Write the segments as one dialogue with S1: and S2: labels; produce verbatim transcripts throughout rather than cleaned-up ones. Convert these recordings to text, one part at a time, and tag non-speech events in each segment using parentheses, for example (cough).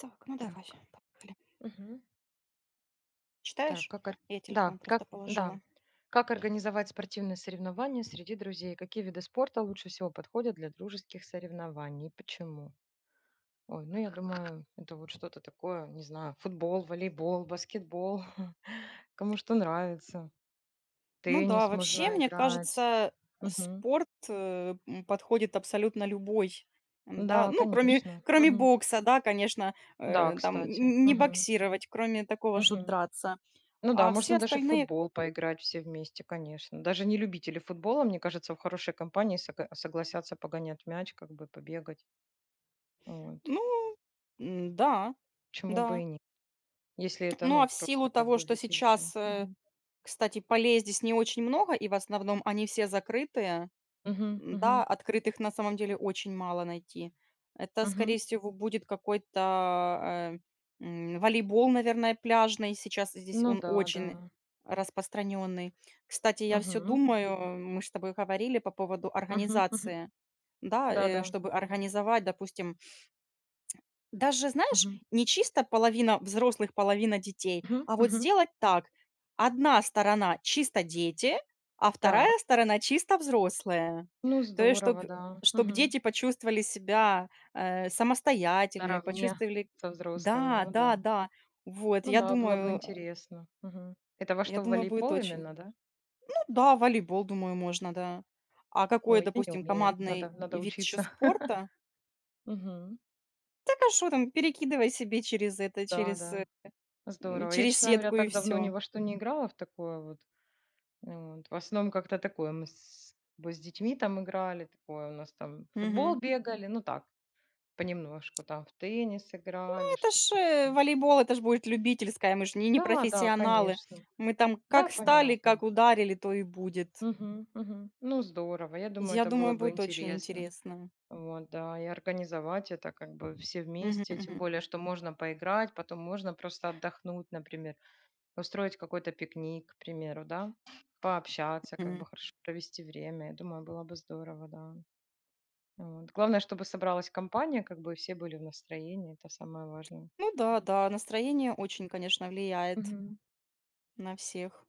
S1: Так, ну давай,
S2: Так.
S1: поехали.
S2: Мгм. Так,
S1: Читаешь?
S2: как ор-
S1: Я
S2: да,
S1: телефон
S2: как,
S1: просто
S2: да.
S1: положила.
S2: Как организовать спортивные соревнования среди друзей? Какие виды спорта лучше всего подходят для дружеских соревнований? и почему? Ой, ну я думаю, это вот что-то такое, не знаю, футбол, волейбол, баскетбол, (laughs) кому что нравится.
S1: Ну да,
S2: Теннис можно
S1: вообще,
S2: Мгм.
S1: мне
S2: Играть.
S1: кажется,
S2: Мгм.
S1: спорт э, м, подходит абсолютно любой. М, Да,
S2: Да,
S1: ну, кроме,
S2: конечно.
S1: кроме
S2: Мгм.
S1: бокса, да, конечно,
S2: Да,
S1: э, там
S2: кстати.
S1: н- не
S2: Мгм.
S1: боксировать, кроме такого, что
S2: Мгм.
S1: драться.
S2: Ну да,
S1: А все
S2: можно даже в
S1: остальные,
S2: футбол поиграть все вместе, конечно. Даже не любители футбола, мне кажется, в хорошей компании сога- согласятся погонять мяч, как бы побегать. Вот.
S1: ну, м, да,
S2: Почему бы
S1: да.
S2: и нет? Если это,
S1: Ну, а
S2: ну,
S1: в
S2: просто
S1: силу
S2: как
S1: того,
S2: бы в
S1: что
S2: виде игры.
S1: сейчас, э,
S2: Мгм.
S1: кстати, полей здесь не очень много, и в основном они все закрытые.
S2: Мгм,
S1: М-да,
S2: мгм,
S1: открытых на самом деле очень мало найти. Это,
S2: мгм.
S1: скорее всего, будет какой-то, э, м, волейбол, наверное, пляжный. Сейчас здесь
S2: Ну
S1: он
S2: да, да.
S1: очень распространенный. Кстати, я все
S2: Мгм,
S1: думаю, мы с тобой говорили по поводу
S2: мгм, мгм.
S1: организации, да,
S2: Да,
S1: э,
S2: да.
S1: чтобы организовать, допустим, даже, знаешь,
S2: Мгм,
S1: не чисто половина взрослых, половина детей,
S2: мгм,
S1: а вот
S2: мгм.
S1: сделать так: одна сторона чисто дети, а
S2: Так,
S1: вторая сторона чисто взрослые.
S2: ну
S1: То есть чтобы
S2: здорово,
S1: чтоб
S2: да.
S1: чтоб
S2: Мгм.
S1: дети почувствовали себя, э, самостоятельными,
S2: Наравне
S1: почувствовали.
S2: со взрослыми,
S1: Да,
S2: ну
S1: да,
S2: да.
S1: да. Вот,
S2: Ну
S1: я
S2: да, было бы
S1: думаю
S2: интересно. Мгм. Это во
S1: я
S2: что, в
S1: думаю, будет
S2: волейбол
S1: очень.
S2: именно, да?
S1: Ну да, волейбол, думаю, можно, да. А какой,
S2: Ой, я не
S1: допустим,
S2: умею.
S1: командный
S2: Надо надо
S1: вид еще
S2: учиться. (laughs)
S1: спорта?
S2: Мгм.
S1: Так, а что там, перекидывай себе через это,
S2: Да,
S1: через.
S2: да,
S1: М,
S2: здорово. Я,
S1: через
S2: честно говоря,
S1: сетку и
S2: так давно ни
S1: все.
S2: во что не играла в такое вот. Ну вот. В основном как-то такое мы с бы с детьми там играли, такое у нас там футбол бегали, ну так, понемножку, там в теннис играли,
S1: Это
S2: что
S1: ж, э,
S2: еще.
S1: волейбол, это ж будет любительская, мы ж не не
S2: Да, да,
S1: профессионалы.
S2: конечно.
S1: Мы там
S2: Да,
S1: как стали, как
S2: понятно.
S1: ударили, то и будет.
S2: Мгм, мгм. Ну, здорово. Я думаю,
S1: Я
S2: это было
S1: думаю,
S2: бы
S1: будет очень
S2: интересно.
S1: интересно.
S2: Вот, да, и организовать это как бы все
S1: Мгм,
S2: вместе, тем
S1: мгм,
S2: более, что можно поиграть, потом можно просто отдохнуть, например, устроить какой-то пикник, к примеру, да, пообщаться, как
S1: мгм.
S2: бы хорошо провести время. Я думаю, было бы здорово, да. Вот. Главное, чтобы собралась компания, как бы и все были в настроении, это самое важное.
S1: Ну да, да, настроение очень, конечно, влияет
S2: Мгм.
S1: на всех.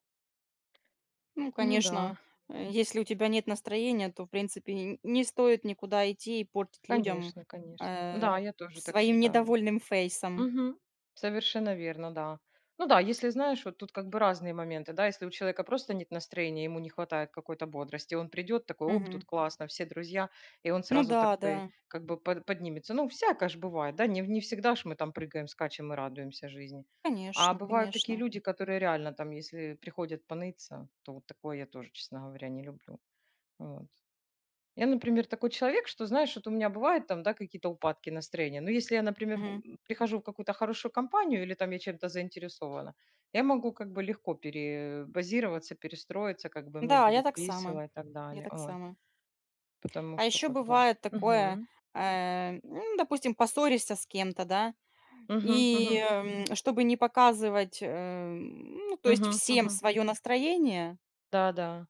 S1: Ну,
S2: Ну да,
S1: конечно, э, если у тебя нет настроения, то, в принципе, н не стоит никуда идти и портить людям,
S2: конечно, конечно.
S1: э,
S2: Да, я тоже так
S1: своим
S2: считаю.
S1: недовольным фейсом.
S2: Мгм. Совершенно верно, да. Ну да, если знаешь, вот тут как бы разные моменты, да, если у человека просто нет настроения, ему не хватает какой-то бодрости, он придет такой, оп, тут
S1: Мгм.
S2: классно, все друзья, и он
S1: Ну
S2: сразу
S1: да, да,
S2: такой как бы под- поднимется. Ну, всякое ж бывает, да, не, не всегда ж мы там прыгаем, скачем и радуемся жизни. А
S1: конечно,
S2: бывают такие
S1: конечно.
S2: люди, которые реально там, если приходят поныться, то вот такое я тоже, честно говоря, не люблю. Вот. Я, например, такой человек, что, знаешь, вот у меня бывают там, да, какие-то упадки настроения. Но если я, например,
S1: Мгм.
S2: м, прихожу в какую-то хорошую компанию или там я чем-то заинтересована, я могу как бы легко перебазироваться, перестроиться, как бы мне
S1: Да, я
S2: будет
S1: так сама.
S2: весело и так
S1: Я
S2: далее.
S1: так
S2: Вот.
S1: сама.
S2: Потому
S1: А
S2: что
S1: еще
S2: как бы...
S1: бывает такое,
S2: Мгм.
S1: э, ну, допустим, поссоришься с кем-то, да,
S2: Мгм.
S1: и
S2: Мгм.
S1: эм, чтобы не показывать, эм, ну, то есть
S2: Мгм.
S1: всем
S2: Мгм.
S1: свое настроение,
S2: Да, да.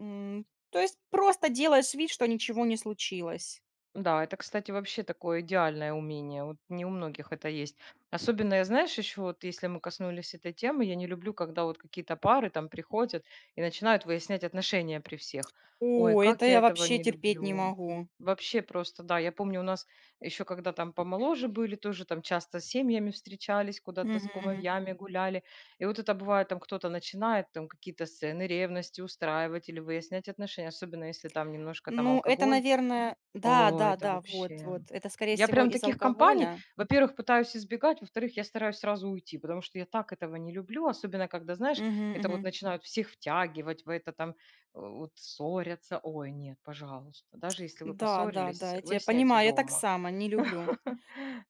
S1: м, то есть просто делаешь вид, что ничего не случилось.
S2: Да, это, кстати, вообще такое идеальное умение. Вот не у многих это есть. Особенно, я знаешь, еще вот если мы коснулись этой темы, я не люблю, когда вот какие-то пары там приходят и начинают выяснять отношения при всех. Ой,
S1: О, это
S2: как я
S1: я
S2: этого
S1: вообще
S2: не
S1: терпеть не
S2: люблю.
S1: могу.
S2: Вообще просто, да, я помню, у нас еще когда там помоложе были, тоже там часто с семьями встречались, куда-то с
S1: Мгм, мгм.
S2: кумовьями гуляли. И вот это бывает, там кто-то начинает там какие-то сцены ревности устраивать или выяснять отношения, особенно если там немножко там
S1: Ну, это,
S2: алкоголь.
S1: наверное, да,
S2: О,
S1: да,
S2: это
S1: да, вот,
S2: вообще.
S1: вот. Это, скорее
S2: Я
S1: всего,
S2: прям
S1: из
S2: таких компаний,
S1: алкоголя.
S2: во-первых, пытаюсь избегать, во-вторых, я стараюсь сразу уйти, потому что я так этого не люблю, особенно когда, знаешь,
S1: Мгм,
S2: это вот
S1: мгм.
S2: начинают всех втягивать в это там, э, вот ссорятся. Ой, нет, пожалуйста, даже если вы
S1: Да, да, да,
S2: поссорились,
S1: я тебя
S2: выясняйте
S1: понимаю, я так
S2: дома.
S1: сама не люблю.
S2: (laughs)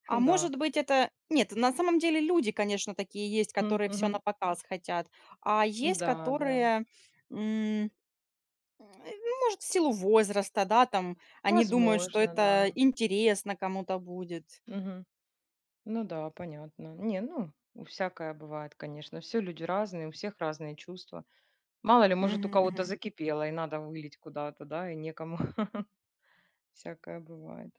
S1: А
S2: Да.
S1: может быть, это... Нет, на самом деле люди, конечно, такие есть,
S2: М,
S1: которые все
S2: мгм.
S1: на показ хотят, а есть,
S2: Да, да.
S1: которые, м, э, ну, может, в силу возраста, да, там, они думают, что
S2: Возможно,
S1: это
S2: да.
S1: интересно кому-то будет.
S2: Мгм. Ну да, понятно. Не, ну, всякое бывает, конечно. Все люди разные, у всех разные чувства. Мало ли, может, у
S1: Мгм,
S2: кого-то
S1: мгм.
S2: закипело и надо вылить куда-то, да, и некому. (laughs) Всякое бывает.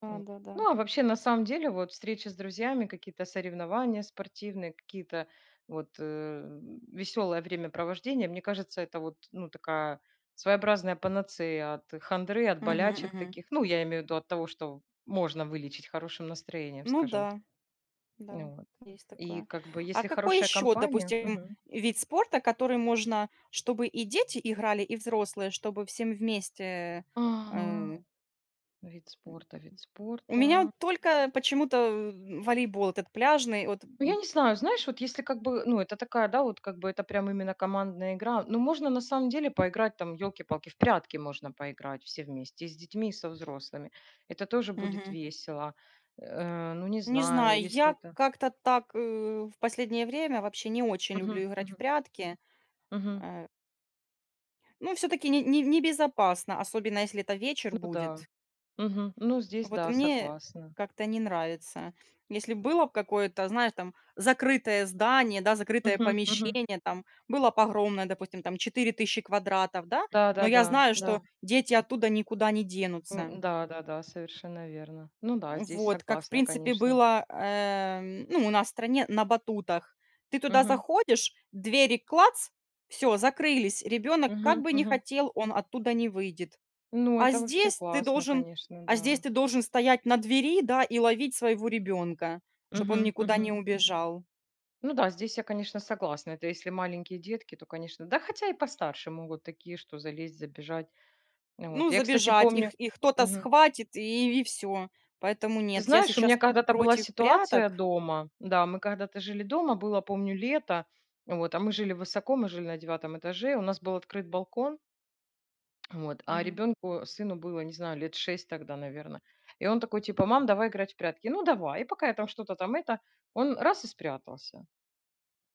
S1: Да,
S2: Вот.
S1: да, да.
S2: Ну, а вообще, на самом деле, вот встречи с друзьями, какие-то соревнования спортивные, какие-то вот веселое времяпровождение, мне кажется, это вот, ну, такая своеобразная панацея от хандры, от
S1: Мгм,
S2: болячек
S1: мгм.
S2: таких. Ну, я имею в виду от того, что можно вылечить хорошим настроением,
S1: Ну
S2: скажем так.
S1: да. Да,
S2: Ну вот.
S1: есть
S2: И
S1: такое.
S2: как бы,
S1: А
S2: если
S1: какой
S2: хорошая
S1: еще,
S2: компания...
S1: допустим,
S2: Мгм.
S1: вид спорта, который можно, чтобы и дети играли, и взрослые, чтобы всем вместе?
S2: Ага.
S1: э,
S2: Вид спорта, вид
S1: У
S2: спорта.
S1: меня вот только почему-то э, волейбол этот пляжный. Вот,
S2: Ну, я
S1: м,
S2: не знаю, знаешь, вот если как бы, ну, это такая, да, вот как бы это прям именно командная игра, ну, можно на самом деле поиграть там, елки-палки, в прятки можно поиграть все вместе, и с детьми, и со взрослыми. Это тоже будет
S1: мгм.
S2: весело. Э, ну, не
S1: Не
S2: знаю,
S1: знаю,
S2: если
S1: я
S2: это...
S1: как-то так э, в последнее время вообще не очень люблю
S2: Мгм,
S1: играть в
S2: мгм,
S1: прятки.
S2: мгм.
S1: Э, Ну, все-таки небезопасно, особенно если это вечер
S2: Ну, да.
S1: будет.
S2: Мгм. Ну, здесь,
S1: Вот
S2: да,
S1: мне
S2: согласна.
S1: как-то не нравится. Если было б какое-то, знаешь, там закрытое здание, да, закрытое
S2: Мгм, мгм.
S1: помещение, там было б огромное, допустим, там четыре тысячи квадратов, да,
S2: Да,
S1: но
S2: да,
S1: я
S2: да,
S1: знаю, что
S2: да.
S1: дети оттуда никуда не денутся.
S2: М, да, да, да, совершенно верно. Ну, да, здесь
S1: Вот, как, в
S2: согласна,
S1: принципе,
S2: конечно.
S1: было, эм, ну, у нас в стране на батутах. Ты туда
S2: Мгм,
S1: заходишь, двери клац, все, закрылись. Ребенок, как
S2: мгм,
S1: бы не
S2: мгм.
S1: хотел, он оттуда не выйдет.
S2: Ну,
S1: А
S2: это вообще
S1: здесь ты
S2: классно,
S1: должен
S2: конечно,
S1: а здесь
S2: да.
S1: ты должен стоять на двери, да, и ловить своего ребенка, чтобы он
S2: Мгм,
S1: никуда не
S2: мгм.
S1: убежал.
S2: Ну да, здесь я, конечно, согласна. Это если маленькие детки, то, конечно, да, хотя и постарше могут такие, что залезть, забежать. Ну
S1: Ну,
S2: вот. Я, кстати,
S1: забежать,
S2: помню,
S1: их их кто-то
S2: мгм.
S1: схватит, и и всё. Поэтому
S2: Ты
S1: нет, я
S2: знаешь, у
S1: сейчас
S2: меня когда-то была
S1: против
S2: ситуация
S1: пряток.
S2: дома, да, мы когда-то жили дома, было, помню, лето, вот, а мы жили высоко, мы жили на девятом этаже, у нас был открыт балкон, вот, а
S1: Мгм.
S2: ребенку, сыну было, не знаю, лет шесть тогда, наверное. И он такой, типа, мам, давай играть в прятки. Ну, давай. И пока я там что-то там это, он раз и спрятался.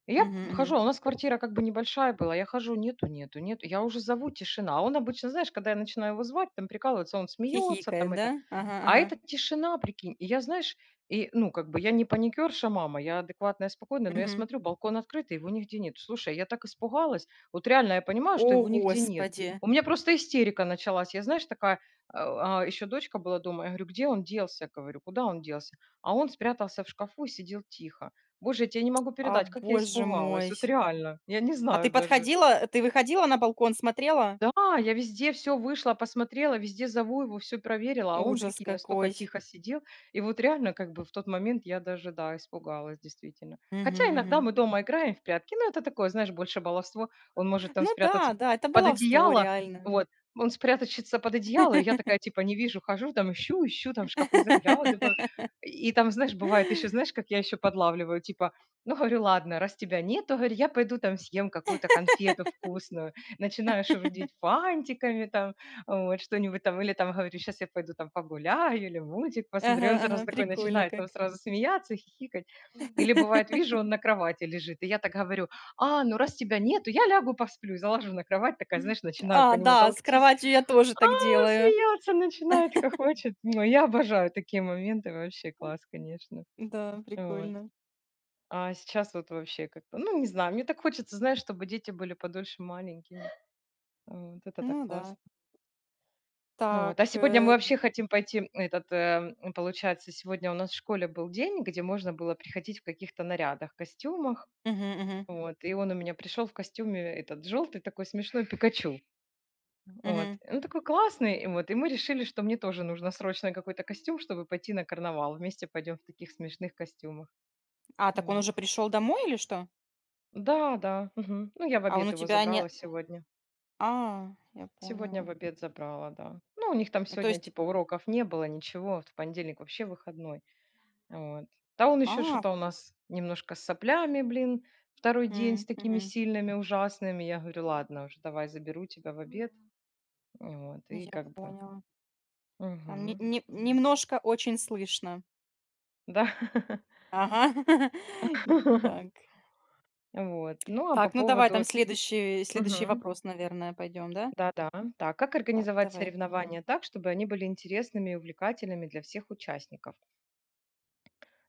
S2: Я п
S1: Мгм, мгм.
S2: хожу, а у нас квартира как бы небольшая была. Я хожу: "Нету, нету, нету". Я уже зову: "Тишина". А он обычно, знаешь, когда я начинаю его звать, там прикалывается, он смеется, там
S1: Хихикает, да?
S2: это.
S1: Ага,
S2: А
S1: ага.
S2: это тишина, прикинь. И я, знаешь, и, ну, как бы я не паникерша мама, я адекватная, спокойная, но я
S1: Мгм.
S2: смотрю, балкон открытый, его нигде нет. Слушай, а я так испугалась. Вот реально я понимаю, что
S1: О,
S2: его нигде нет.
S1: господи!
S2: У меня просто истерика началась. Я, знаешь, такая, а, а, еще дочка была дома. Я говорю: "Где он делся?" Говорю: "Куда он делся?" А он спрятался в шкафу и сидел тихо. Боже, я тебе не могу
S1: А,
S2: передать, как я
S1: боже
S2: испугалась.
S1: мой!
S2: Вот реально. Я не
S1: А ты
S2: знаю даже.
S1: подходила, ты выходила на балкон, смотрела?
S2: Да, я везде все вышла, посмотрела, везде зову его, все проверила, а он,
S1: Ужас
S2: прикинь, настолько
S1: какой!
S2: тихо сидел. И вот реально, как бы в тот момент я даже, да, испугалась действительно.
S1: Мгм,
S2: Хотя иногда
S1: мгм.
S2: мы дома играем в прятки, но это такое, знаешь, больше баловство. Он может там
S1: Ну да,
S2: спрятаться
S1: да, это
S2: под
S1: баловство
S2: одеяло,
S1: реально.
S2: вот. Он спрятается под одеяло, и я
S1: (laughs)
S2: такая типа не вижу, хожу там, ищу ищу, там в шкафы заглядываю.
S1: (laughs)
S2: И там, знаешь, бывает еще, знаешь, как я еще подлавливаю, типа, ну, говорю: "Ладно, раз тебя нет, то, говорю, я пойду там съем какую-то конфету вкусную", начинаешь рудить фантиками там, вот, что-нибудь там, или там говорю: сейчас я пойду там погуляю или мультик
S1: Ага,
S2: посмотрю". Он
S1: ага,
S2: сразу такой
S1: прикольно
S2: начинает
S1: как.
S2: там сразу смеяться, хихикать. Или бывает,
S1: (laughs)
S2: вижу, он на кровати лежит, и я так говорю: "А, ну раз тебя нету, я лягу посплю". И заложу на кровать, такая, знаешь, начинаю по
S1: А,
S2: нему
S1: да, с
S2: толктись.
S1: кроватью я тоже
S2: А,
S1: так
S2: он
S1: делаю.
S2: смеяться начинает, хохочет. Ну, я обожаю такие моменты, вообще класс, конечно.
S1: Да,
S2: Вот.
S1: прикольно.
S2: А сейчас вот вообще как-то, ну, не знаю, мне так хочется, знаешь, чтобы дети были подольше маленькими. Вот это так
S1: Ну
S2: классно.
S1: да.
S2: Ну вот, а
S1: Так,
S2: сегодня мы
S1: э,
S2: вообще хотим пойти, этот, э, м, получается, сегодня у нас в школе был день, где можно было приходить в каких-то нарядах, костюмах.
S1: мгм, мгм,
S2: Вот, и он у меня пришел в костюме этот желтый такой смешной Пикачу. Вот,
S1: мгм.
S2: он такой классный, и вот, и мы решили, что мне тоже нужно срочно какой-то костюм, чтобы пойти на карнавал. Вместе пойдем в таких смешных костюмах.
S1: А, так он
S2: Вот.
S1: уже пришел домой или что?
S2: Да, да, мгм. Ну, я в
S1: А он
S2: обед
S1: у
S2: его
S1: тебя не
S2: забрала сегодня.
S1: А, я
S2: Сегодня
S1: поняла.
S2: в обед забрала, да. Ну, у них там
S1: Ну, то
S2: сегодня
S1: есть.
S2: типа уроков не было, ничего. Вот. В понедельник вообще выходной. Вот. Да он еще
S1: А,
S2: что-то у нас немножко с соплями, блин, второй день с
S1: м,
S2: такими
S1: мгм,
S2: сильными, ужасными. Я говорю, ладно уже, давай заберу тебя в обед. Вот, и
S1: я
S2: как бы...
S1: поняла.
S2: Мгм.
S1: Там не не
S2: Мгм.
S1: немножко очень слышно.
S2: Да.
S1: Ага. (laughs) Так.
S2: (laughs) Вот. Ну, а по
S1: Так, ну давай
S2: поводу...
S1: там
S2: вот-
S1: следующий следующий
S2: Мгм.
S1: вопрос, наверное, пойдем, да?
S2: Да-да. Так, как
S1: Так,
S2: организовать
S1: давай.
S2: соревнования так, чтобы они были интересными и увлекательными для всех участников?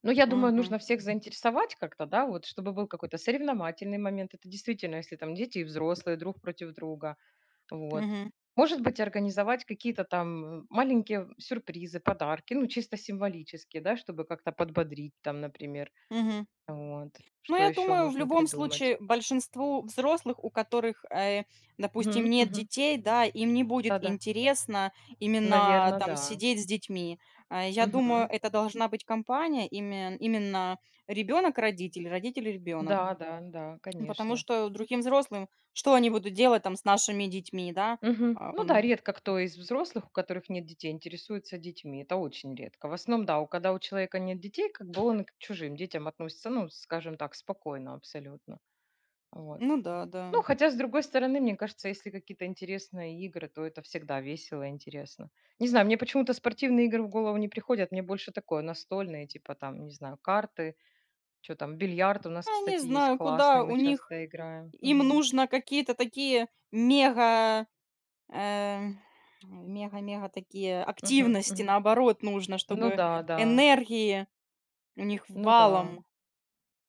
S2: Ну, я думаю,
S1: Мгм.
S2: нужно всех заинтересовать как-то, да, вот, чтобы был какой-то соревновательный момент. Это действительно, если там дети и взрослые друг против друга. Вот.
S1: Мгм.
S2: Может быть, организовать какие-то там э, маленькие сюрпризы, подарки, ну, чисто символические, да, чтобы как-то подбодрить там, например.
S1: Мгм.
S2: Вот.
S1: Ну,
S2: Что
S1: я
S2: еще
S1: думаю, в
S2: можно
S1: любом
S2: придумать?
S1: случае большинству взрослых, у которых, э, допустим,
S2: Мгм,
S1: нет
S2: мгм.
S1: детей, да, им не будет
S2: Да-да,
S1: интересно именно
S2: наверное,
S1: там
S2: да.
S1: сидеть с детьми. А, я думаю,
S2: Мгм.
S1: это должна быть компания, имен именно ребенок-родитель, родитель-ребенок.
S2: Да, да, да,
S1: Потому
S2: конечно.
S1: что другим взрослым что они будут делать там с нашими детьми, да?
S2: Мгм.
S1: А,
S2: Ну да,
S1: м,
S2: редко кто из взрослых, у которых нет детей, интересуется детьми. Это очень редко. В основном, да, у, когда у человека нет детей, как бы он к чужим детям относится, ну, скажем так, спокойно абсолютно. Вот.
S1: ну да, да.
S2: Ну, хотя, с другой стороны, мне кажется, если какие-то интересные игры, то это всегда весело и интересно. Не знаю, мне почему-то спортивные игры в голову не приходят, мне больше такое, настольные, типа там, не знаю, карты, что там, бильярд у нас,
S1: Я не
S2: кстати, есть
S1: знаю, куда
S2: классный, мы
S1: у них
S2: часто играем.
S1: им
S2: Мгм.
S1: нужно какие-то такие мега э, мега-мега такие
S2: Мгм.
S1: активности,
S2: Мгм.
S1: наоборот, нужно,
S2: Ну
S1: чтобы
S2: да, да,
S1: энергии у них
S2: ну да.
S1: валом.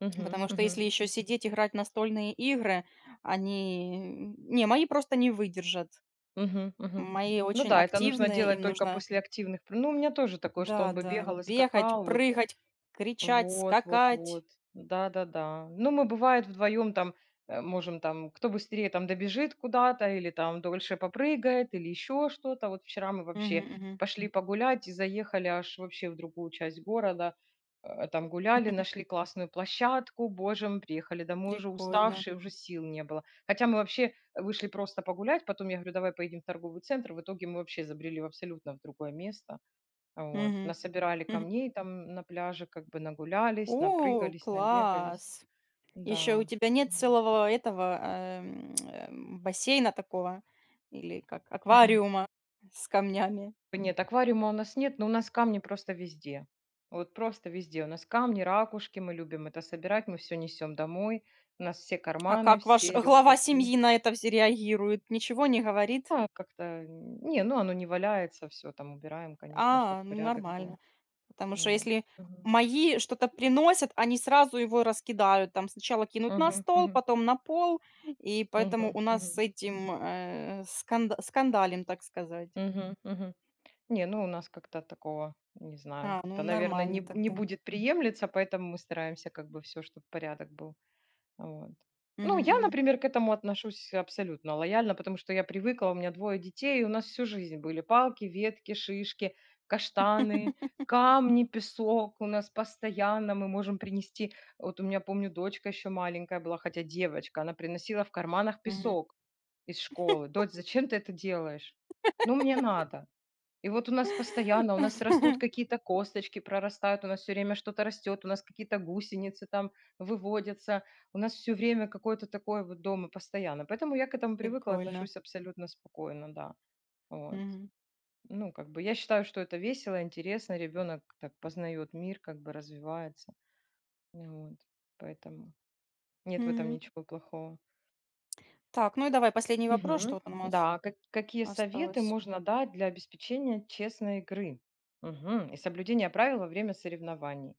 S2: Мгм.
S1: Потому что
S2: Мгм.
S1: если еще сидеть, играть в настольные игры, они... Не, мои просто не выдержат.
S2: Мгм. Мгм.
S1: Мои
S2: Ну
S1: очень
S2: да, это нужно
S1: активные,
S2: делать
S1: им
S2: только
S1: нужно,
S2: после активных. пр- Ну, у меня тоже такое, что
S1: да,
S2: он бы
S1: да,
S2: бегал и
S1: бегать,
S2: скакал, вот.
S1: прыгать, кричать,
S2: Вот, вот,
S1: скакать.
S2: вот. Да-да-да. Ну, мы, бывает, вдвоем там, э, можем там, кто быстрее там добежит куда-то или там дольше попрыгает или еще что-то. Вот вчера мы вообще
S1: Мгм, мгм.
S2: пошли погулять и заехали аж вообще в другую часть города. Э, Там гуляли,
S1: (laughs)
S2: нашли классную площадку, боже, мы приехали домой уже
S1: Прикольно.
S2: уставшие, уже сил не было. Хотя мы вообще вышли просто погулять, потом я говорю, давай поедем в торговый центр, в итоге мы вообще забрели в абсолютно в другое место. А вот.
S1: Мгм,
S2: Насобирали
S1: мгм.
S2: камней там на пляже, как бы нагулялись,
S1: О,
S2: напрыгались, набегались.
S1: класс! Еще у
S2: Да.
S1: тебя нет
S2: М.
S1: целого этого, эм, эм, бассейна такого или как аквариума с камнями.
S2: Нет, аквариума у нас нет, но у нас камни просто везде. Вот просто везде. У нас камни, ракушки, мы любим это собирать, мы все несем домой. У нас все
S1: А
S2: карманы,
S1: как ваш
S2: все
S1: глава
S2: рюкзаки.
S1: семьи на это вз реагирует? Ничего не говорит?
S2: Ну, А, как-то, м, не, ну оно не валяется, все там убираем, конечно, чтобы
S1: А, ну
S2: порядок был.
S1: нормально. Потому что
S2: Вот.
S1: если
S2: Мгм.
S1: мои что-то приносят, они сразу его раскидают. Там сначала кинут на
S2: Мгм,
S1: стол,
S2: мгм,
S1: потом на пол, и поэтому
S2: мгм,
S1: у нас с
S2: мгм,
S1: этим, э, сканда скандалим, так сказать.
S2: мгм, мгм. Не, ну у нас как-то такого, не знаю,
S1: А, ну
S2: как-то, наверное,
S1: нормально
S2: не, не
S1: тогда.
S2: будет приемлиться, поэтому мы стараемся как бы все, чтобы порядок был. Вот. Ну,
S1: Мгм,
S2: я,
S1: мгм.
S2: например, к этому отношусь абсолютно лояльно, потому что я привыкла, у меня двое детей, и у нас всю жизнь были палки, ветки, шишки, каштаны,
S1: (laughs)
S2: камни, песок. У нас постоянно мы можем принести, вот у меня, помню, дочка еще маленькая была, хотя девочка, она приносила в карманах
S1: Мгм.
S2: песок из школы. Дочь, зачем ты это делаешь? Ну, мне надо. И вот у нас постоянно, у нас растут
S1: (laughs)
S2: какие-то косточки, прорастают, у нас все время что-то растет, у нас какие-то гусеницы там выводятся, у нас все время какое-то такое вот дома постоянно. Поэтому я к этому привыкла,
S1: Прикольно.
S2: отношусь абсолютно спокойно, да. Вот.
S1: Мгм.
S2: Ну, как бы я считаю, что это весело, интересно, ребенок так познает мир, как бы развивается. Ну вот. Поэтому нет в этом
S1: Мгм.
S2: ничего плохого.
S1: Так, ну и давай последний вопрос,
S2: Мгм.
S1: что там у нас
S2: Да, как- какие советы
S1: осталось.
S2: можно дать для обеспечения честной игры? Мгм. И соблюдения правил во время соревнований.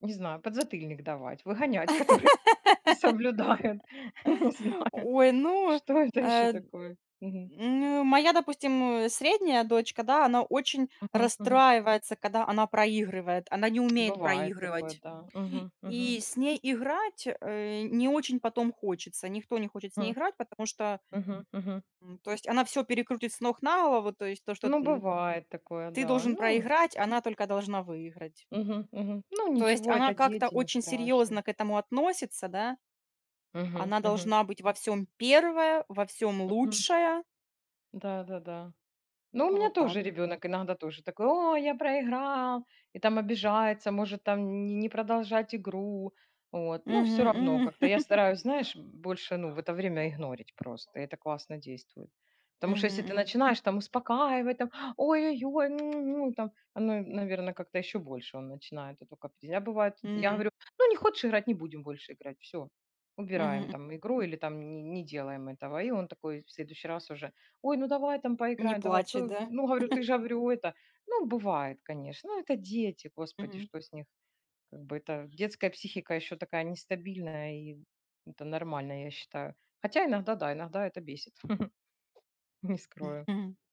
S2: Не знаю, подзатыльник давать, выгонять, которые (laughs) не соблюдают. (laughs) Не знаю,
S1: Ой, ну,
S2: что это еще
S1: э,
S2: такое. Мгм.
S1: ну, моя, допустим, э, средняя дочка, да, она очень
S2: Мгм. Мгм.
S1: расстраивается, когда она проигрывает. Она не умеет
S2: Бывает такое,
S1: проигрывать.
S2: да. Мгм. Мгм.
S1: И с ней играть э, не очень потом хочется. Никто не хочет с ней
S2: Мгм.
S1: играть, потому что,
S2: Мгм. Мгм.
S1: м, то есть, она все перекрутит с ног на голову, то есть, то, что
S2: Ну,
S1: м,
S2: бывает такое,
S1: ты
S2: да.
S1: должен
S2: Ну,
S1: проиграть, она только должна выиграть.
S2: мгм. Мгм. Ну
S1: То есть
S2: ничего,
S1: она
S2: это
S1: как-то
S2: дети, не
S1: очень
S2: страшно.
S1: серьезно к этому относится, да?
S2: Мгм.
S1: Она
S2: Мгм.
S1: должна быть во всем первая, во всем
S2: Мгм.
S1: лучшая.
S2: Да, да, да. Ну, у меня
S1: Вот так.
S2: тоже ребенок иногда тоже такой: "О, я проиграл!" И там обижается, может там не не продолжать игру. Вот. Ну, все
S1: Мгм,
S2: равно
S1: м.
S2: как-то я
S1: (laughs)
S2: стараюсь, знаешь, больше, ну, в это время игнорить просто. И это классно действует.
S1: Мгм,
S2: Потому что если ты
S1: мгм.
S2: начинаешь там успокаивать, там: "Ой-ой-ой, м, ну", там, оно, наверно, как-то еще больше он начинает эту каприз. Я бывает, я
S1: М.
S2: говорю: "Ну, не хочешь играть, не будем больше играть, все,
S1: Мгм.
S2: убираем
S1: М.
S2: там игру или там не не делаем этого". И он такой в следующий раз уже: "Ой, ну давай там
S1: Не
S2: поиграем, давай".
S1: плачет,
S2: Ну,
S1: да?
S2: ну, говорю, ты же, говорю, это. Ну, бывает, конечно. Ну, это дети, господи,
S1: Мгм.
S2: что с них? Как бы это детская психика еще такая нестабильная, и это нормально, я считаю. Хотя иногда, да, иногда это бесит, (laughs) не скрою.
S1: (laughs)